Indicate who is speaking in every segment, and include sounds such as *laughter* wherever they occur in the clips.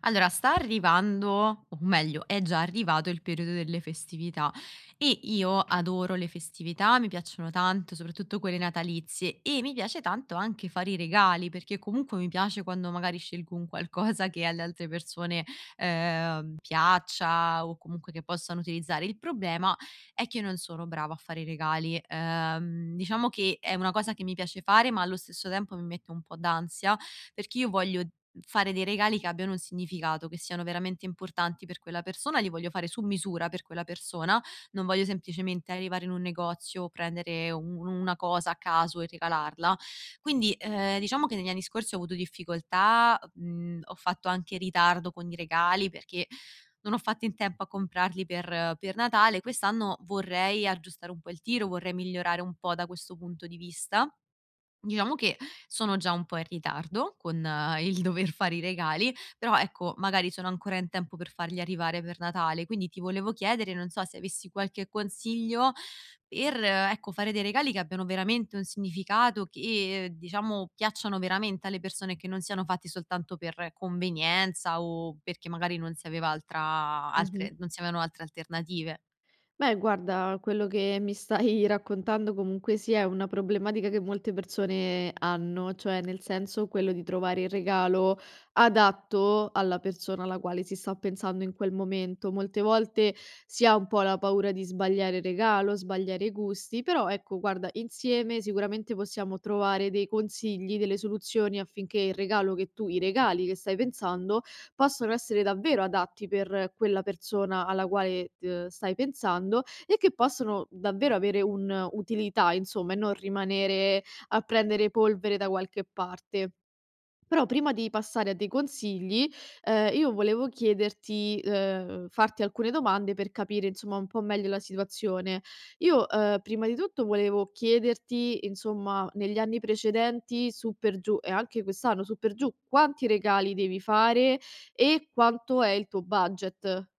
Speaker 1: Allora, sta arrivando, o meglio, è già arrivato il periodo delle festività e io adoro le festività, mi piacciono tanto, soprattutto quelle natalizie e mi piace tanto anche fare i regali perché comunque mi piace quando magari scelgo un qualcosa che alle altre persone piaccia o comunque che possano utilizzare. Il problema è che io non sono brava a fare i regali. Diciamo che è una cosa che mi piace fare ma allo stesso tempo mi mette un po' d'ansia perché io voglio fare dei regali che abbiano un significato, che siano veramente importanti per quella persona, li voglio fare su misura per quella persona, non voglio semplicemente arrivare in un negozio, prendere una cosa a caso e regalarla. Quindi diciamo che negli anni scorsi ho avuto difficoltà, ho fatto anche ritardo con i regali perché non ho fatto in tempo a comprarli per Natale. Quest'anno vorrei aggiustare un po' il tiro, vorrei migliorare un po' da questo punto di vista. Diciamo che sono già un po' in ritardo con il dover fare i regali, però ecco, magari sono ancora in tempo per farli arrivare per Natale, quindi ti volevo chiedere, non so se avessi qualche consiglio per, ecco, fare dei regali che abbiano veramente un significato, che diciamo piacciono veramente alle persone, che non siano fatti soltanto per convenienza o perché magari non si aveva altra
Speaker 2: Mh-mh.
Speaker 1: altre non si avevano altre alternative.
Speaker 2: Beh, guarda, quello che mi stai *laughs* raccontando comunque sia è una problematica che molte persone hanno, cioè nel senso quello di trovare il regalo adatto alla persona alla quale si sta pensando in quel momento. Molte volte si ha un po' la paura di sbagliare il regalo, sbagliare i gusti, però ecco, guarda, insieme sicuramente possiamo trovare dei consigli, delle soluzioni affinché il regalo che tu i regali che stai pensando possono essere davvero adatti per quella persona alla quale, stai pensando e che possono davvero avere un'utilità insomma e non rimanere a prendere polvere da qualche parte. Però prima di passare a dei consigli, io volevo chiederti farti alcune domande per capire insomma un po' meglio la situazione. Io, prima di tutto volevo chiederti, insomma, negli anni precedenti su per giù e anche quest'anno su per giù, quanti regali devi fare e quanto è il tuo budget?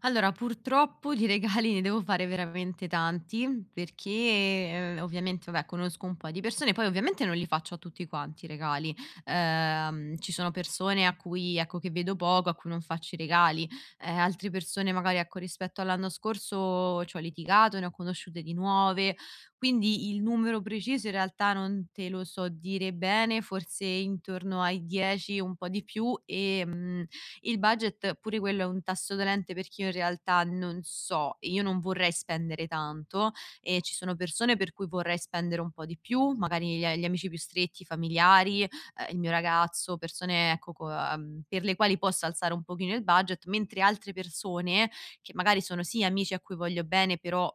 Speaker 1: Allora, purtroppo di regali ne devo fare veramente tanti, perché ovviamente, vabbè, conosco un po' di persone, poi ovviamente non li faccio a tutti quanti i regali. Ci sono persone a cui ecco, che vedo poco, a cui non faccio i regali, altre persone magari, ecco, rispetto all'anno scorso c'ho litigato, ne ho conosciute di nuove, quindi il numero preciso in realtà non te lo so dire bene, forse intorno ai 10, un po' di più. Il budget pure quello è un tasto dolente perché io in realtà non so, io non vorrei spendere tanto e ci sono persone per cui vorrei spendere un po' di più, magari gli amici più stretti, i familiari, il mio ragazzo, persone ecco co per le quali posso alzare un pochino il budget, mentre altre persone che magari sono sì amici a cui voglio bene, però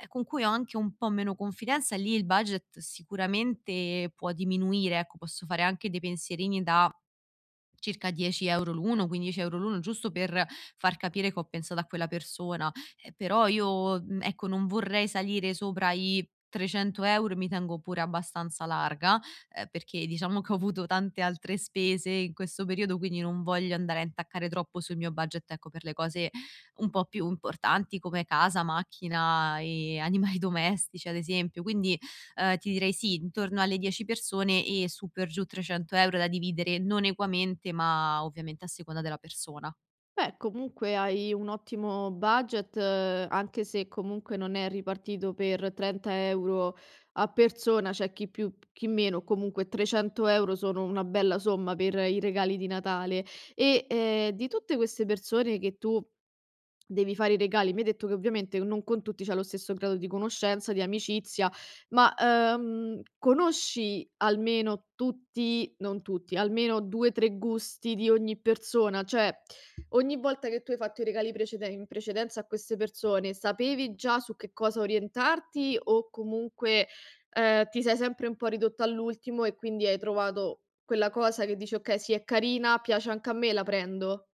Speaker 1: con cui ho anche un po' meno confidenza, lì il budget sicuramente può diminuire, ecco, posso fare anche dei pensierini da circa 10 € l'uno, 15 € l'uno, giusto per far capire che ho pensato a quella persona. Però io, ecco, non vorrei salire sopra i 300 € e mi tengo pure abbastanza larga, perché diciamo che ho avuto tante altre spese in questo periodo, quindi non voglio andare a intaccare troppo sul mio budget, ecco, per le cose un po' più importanti come casa, macchina e animali domestici, ad esempio. Quindi, ti direi sì, intorno alle 10 persone e su per giù 300 € da dividere non equamente, ma ovviamente a seconda della persona.
Speaker 2: Beh, comunque hai un ottimo budget, anche se comunque non è ripartito per 30 € a persona, c'è chi più, chi meno, comunque 300 € sono una bella somma per i regali di Natale. E di tutte queste persone che tu devi fare i regali. Mi hai detto che ovviamente non con tutti c'è lo stesso grado di conoscenza, di amicizia, ma, conosci almeno tutti non tutti, almeno 2, 3 gusti di ogni persona? Cioè, ogni volta che tu hai fatto i regali precede in precedenza a queste persone, sapevi già su che cosa orientarti o comunque, ti sei sempre un po' ridotta all'ultimo e quindi hai trovato quella cosa che dici: "Okay, sì, è carina, piace anche a me, la prendo"?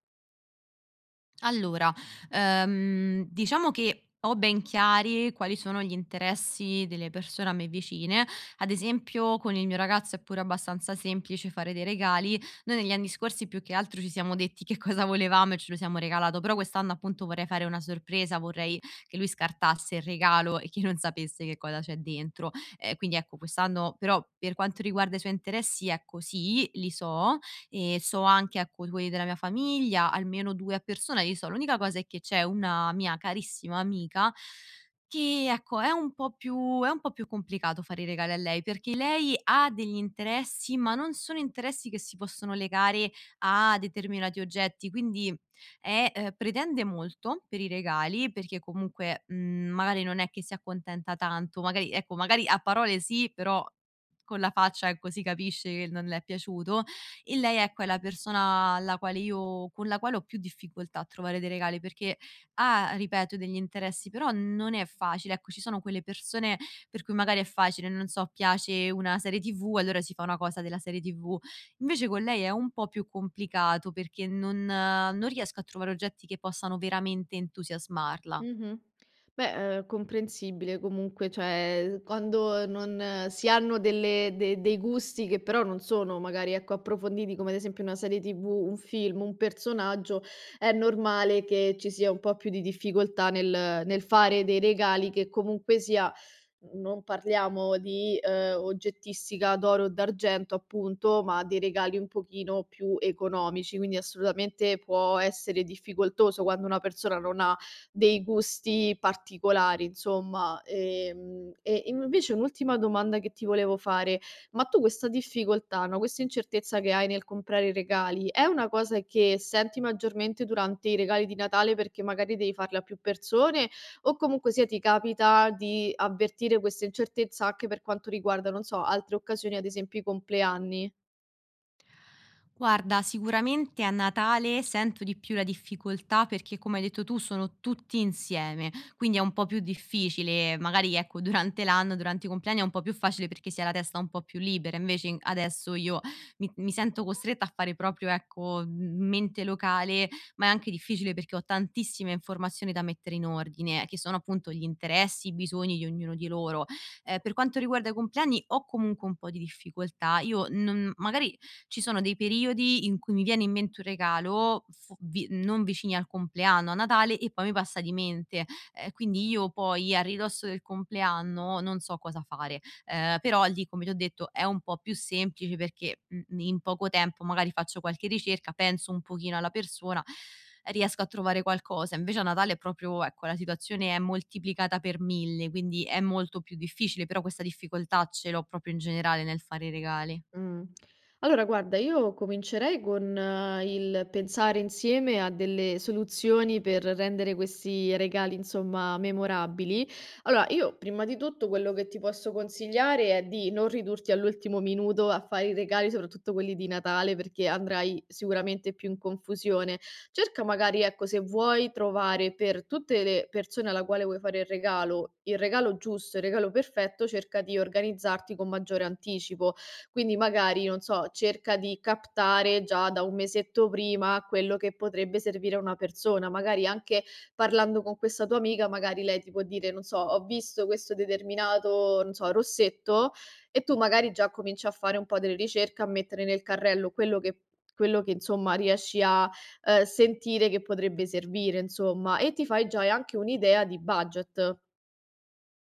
Speaker 1: Allora, diciamo che ho ben chiari quali sono gli interessi delle persone a me vicine. Ad esempio, con il mio ragazzo è pure abbastanza semplice fare dei regali. Noi negli anni scorsi più che altro ci siamo detti che cosa volevamo e ce lo siamo regalato, però quest'anno appunto vorrei fare una sorpresa, vorrei che lui scartasse il regalo e che non sapesse che cosa c'è dentro. Quindi ecco, quest'anno però per quanto riguarda i suoi interessi è così, li so, e so anche, ecco, quelli della mia famiglia, almeno 2 a persona li so. L'unica cosa è che c'è una mia carissima amica che, ecco, è un po' più complicato fare i regali a lei, perché lei ha degli interessi, ma non sono interessi che si possono legare a determinati oggetti, quindi è pretende molto per i regali, perché comunque, magari non è che si accontenta tanto, magari ecco, magari a parole sì, però con la faccia, ecco, si capisce che non le è piaciuto e lei ecco è la persona alla quale io con la quale ho più difficoltà a trovare dei regali perché ha, ripeto, degli interessi, però non è facile. Ecco, ci sono quelle persone per cui magari è facile, non so, piace una serie TV, allora si fa una cosa della serie TV. Invece con lei è un po' più complicato perché non riesco a trovare oggetti che possano veramente entusiasmarla.
Speaker 2: Mh-mh. Beh, comprensibile comunque, cioè quando non si hanno delle de dei gusti che però non sono magari, ecco, approfonditi come ad esempio una serie TV, un film, un personaggio, è normale che ci sia un po' più di difficoltà nel fare dei regali che comunque sia non parliamo di, oggettistica d'oro o d'argento appunto, ma dei regali un pochino più economici, quindi assolutamente può essere difficoltoso quando una persona non ha dei gusti particolari insomma. E invece un'ultima domanda che ti volevo fare: ma tu questa difficoltà, no, questa incertezza che hai nel comprare i regali, è una cosa che senti maggiormente durante i regali di Natale perché magari devi farli a più persone, o comunque sia ti capita di avvertire questa incertezza anche per quanto riguarda, non so, altre occasioni, ad esempio i compleanni?
Speaker 1: Guarda, sicuramente a Natale sento di più la difficoltà perché, come hai detto tu, sono tutti insieme, quindi è un po' più difficile. Magari, ecco, durante l'anno, durante i compleanni è un po' più facile perché si ha la testa un po' più libera. Invece adesso io mi sento costretta a fare proprio, ecco, mente locale, ma è anche difficile perché ho tantissime informazioni da mettere in ordine, che sono appunto gli interessi, i bisogni di ognuno di loro. Per quanto riguarda i compleanni, ho comunque un po' di difficoltà. Io non- magari ci sono dei periodi in cui mi viene in mente un regalo f vi non vicini al compleanno, a Natale e poi mi passa di mente. Quindi io poi a ridosso del compleanno non so cosa fare, però lì, come ti ho detto, è un po' più semplice perché, in poco tempo magari faccio qualche ricerca, penso un pochino alla persona, riesco a trovare qualcosa. Invece a Natale è proprio ecco, la situazione è moltiplicata per 1000, quindi è molto più difficile, però questa difficoltà ce l'ho proprio in generale nel fare i regali.
Speaker 2: Mh. Allora guarda, io comincerei con il pensare insieme a delle soluzioni per rendere questi regali, insomma, memorabili. Allora, io prima di tutto quello che ti posso consigliare è di non ridurti all'ultimo minuto a fare i regali, soprattutto quelli di Natale, perché andrai sicuramente più in confusione. Cerca magari, ecco, se vuoi trovare per tutte le persone alla quale vuoi fare il regalo giusto, il regalo perfetto, cerca di organizzarti con maggiore anticipo. Quindi magari, non so, cerca di captare già da un mesetto prima quello che potrebbe servire a una persona, magari anche parlando con questa tua amica, magari lei ti può dire, non so, ho visto questo determinato, non so, rossetto e tu magari già cominci a fare un po' delle ricerche, a mettere nel carrello quello che insomma riesci a, sentire che potrebbe servire insomma e ti fai già anche un'idea di budget.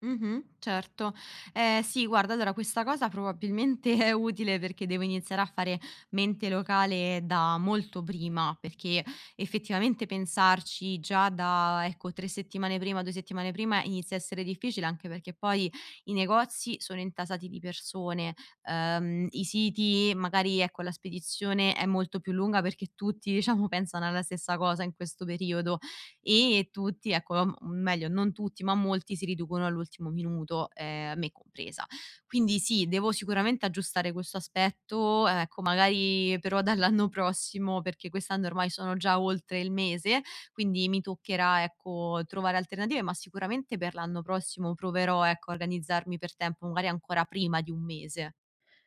Speaker 1: Mh-mh, certo. Sì guarda, allora questa cosa probabilmente *laughs* è utile perché devo iniziare a fare mente locale da molto prima, perché effettivamente pensarci già da, ecco, 3 settimane prima, 2 settimane prima inizia a essere difficile, anche perché poi i negozi sono intasati di persone, i siti magari, ecco, la spedizione è molto più lunga perché tutti, *laughs* diciamo, pensano alla stessa cosa in questo periodo e tutti ecco, m meglio non tutti, ma molti si riducono all'ultimo minuto, me compresa. Quindi sì, devo sicuramente aggiustare questo aspetto, ecco magari però dall'anno prossimo, perché quest'anno ormai sono già oltre il mese, quindi mi toccherà ecco, trovare alternative, ma sicuramente per l'anno prossimo proverò ecco, a organizzarmi per tempo, magari ancora prima di un mese.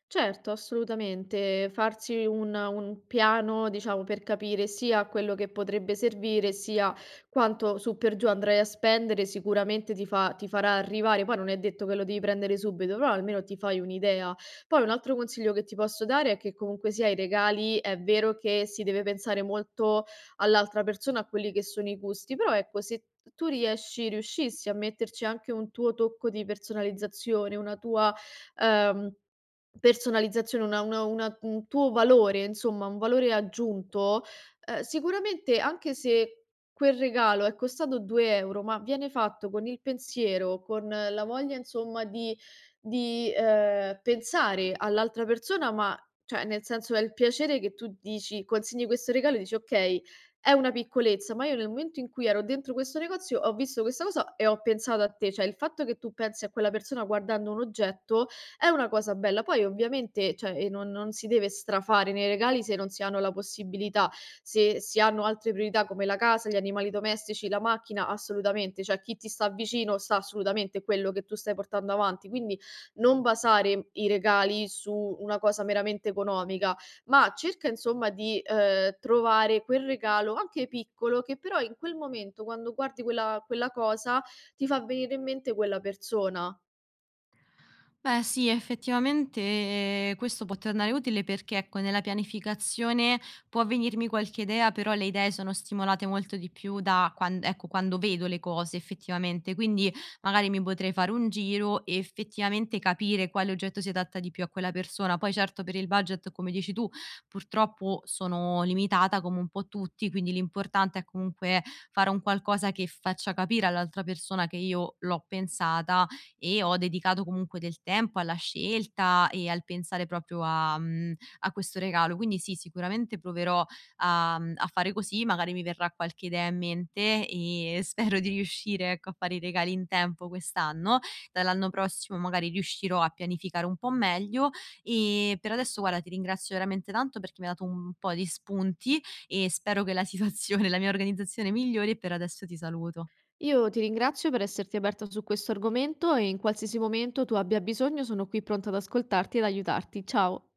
Speaker 2: Certo, assolutamente. Farsi un piano, diciamo, per capire sia quello che potrebbe servire, sia quanto su per giù andrai a spendere, sicuramente ti farà arrivare poi non è detto che lo devi prendere subito, però almeno ti fai un'idea. Poi un altro consiglio che ti posso dare è che comunque sia i regali è vero che si deve pensare molto all'altra persona, a quelli che sono i gusti, però ecco se tu riesci riuscissi a metterci anche un tuo tocco di personalizzazione, ehm personalizzazione, una un tuo valore, insomma, un valore aggiunto, sicuramente anche se quel regalo è costato 2 €, ma viene fatto con il pensiero, con la voglia insomma di pensare all'altra persona, ma cioè nel senso è il piacere che tu dici consegni questo regalo e dici: "Okay, è una piccolezza, ma io nel momento in cui ero dentro questo negozio ho visto questa cosa e ho pensato a te." Cioè il fatto che tu pensi a quella persona guardando un oggetto è una cosa bella. Poi ovviamente, cioè, non si deve strafare nei regali se non si hanno la possibilità. Se si hanno altre priorità come la casa, gli animali domestici, la macchina, assolutamente. Cioè, chi ti sta vicino sa assolutamente quello che tu stai portando avanti. Quindi non basare i regali su una cosa meramente economica, ma cerca insomma di, trovare quel regalo, anche piccolo, che però in quel momento, quando guardi quella cosa, ti fa venire in mente quella persona.
Speaker 1: Beh sì, effettivamente, questo può tornare utile perché, ecco, nella pianificazione può venirmi qualche idea, però le idee sono stimolate molto di più da quan ecco, quando vedo le cose effettivamente. Quindi magari mi potrei fare un giro e effettivamente capire quale oggetto si adatta di più a quella persona. Poi certo per il budget, come dici tu, purtroppo sono limitata come un po' tutti, quindi l'importante è comunque fare un qualcosa che faccia capire all'altra persona che io l'ho pensata e ho dedicato comunque del tempo alla scelta e al pensare proprio a questo regalo. Quindi sì, sicuramente proverò a fare così, magari mi verrà qualche idea in mente e *laughs* spero di riuscire, ecco, a fare i regali in tempo quest'anno. Dall'anno prossimo magari riuscirò a pianificare un po' meglio e per adesso guarda ti ringrazio veramente tanto perché mi hai dato un po' di spunti e spero che la situazione la mia organizzazione migliori e per adesso ti saluto.
Speaker 2: Io ti ringrazio per esserti aperta su questo argomento e in qualsiasi momento tu abbia bisogno sono qui pronta ad ascoltarti ed aiutarti. Ciao.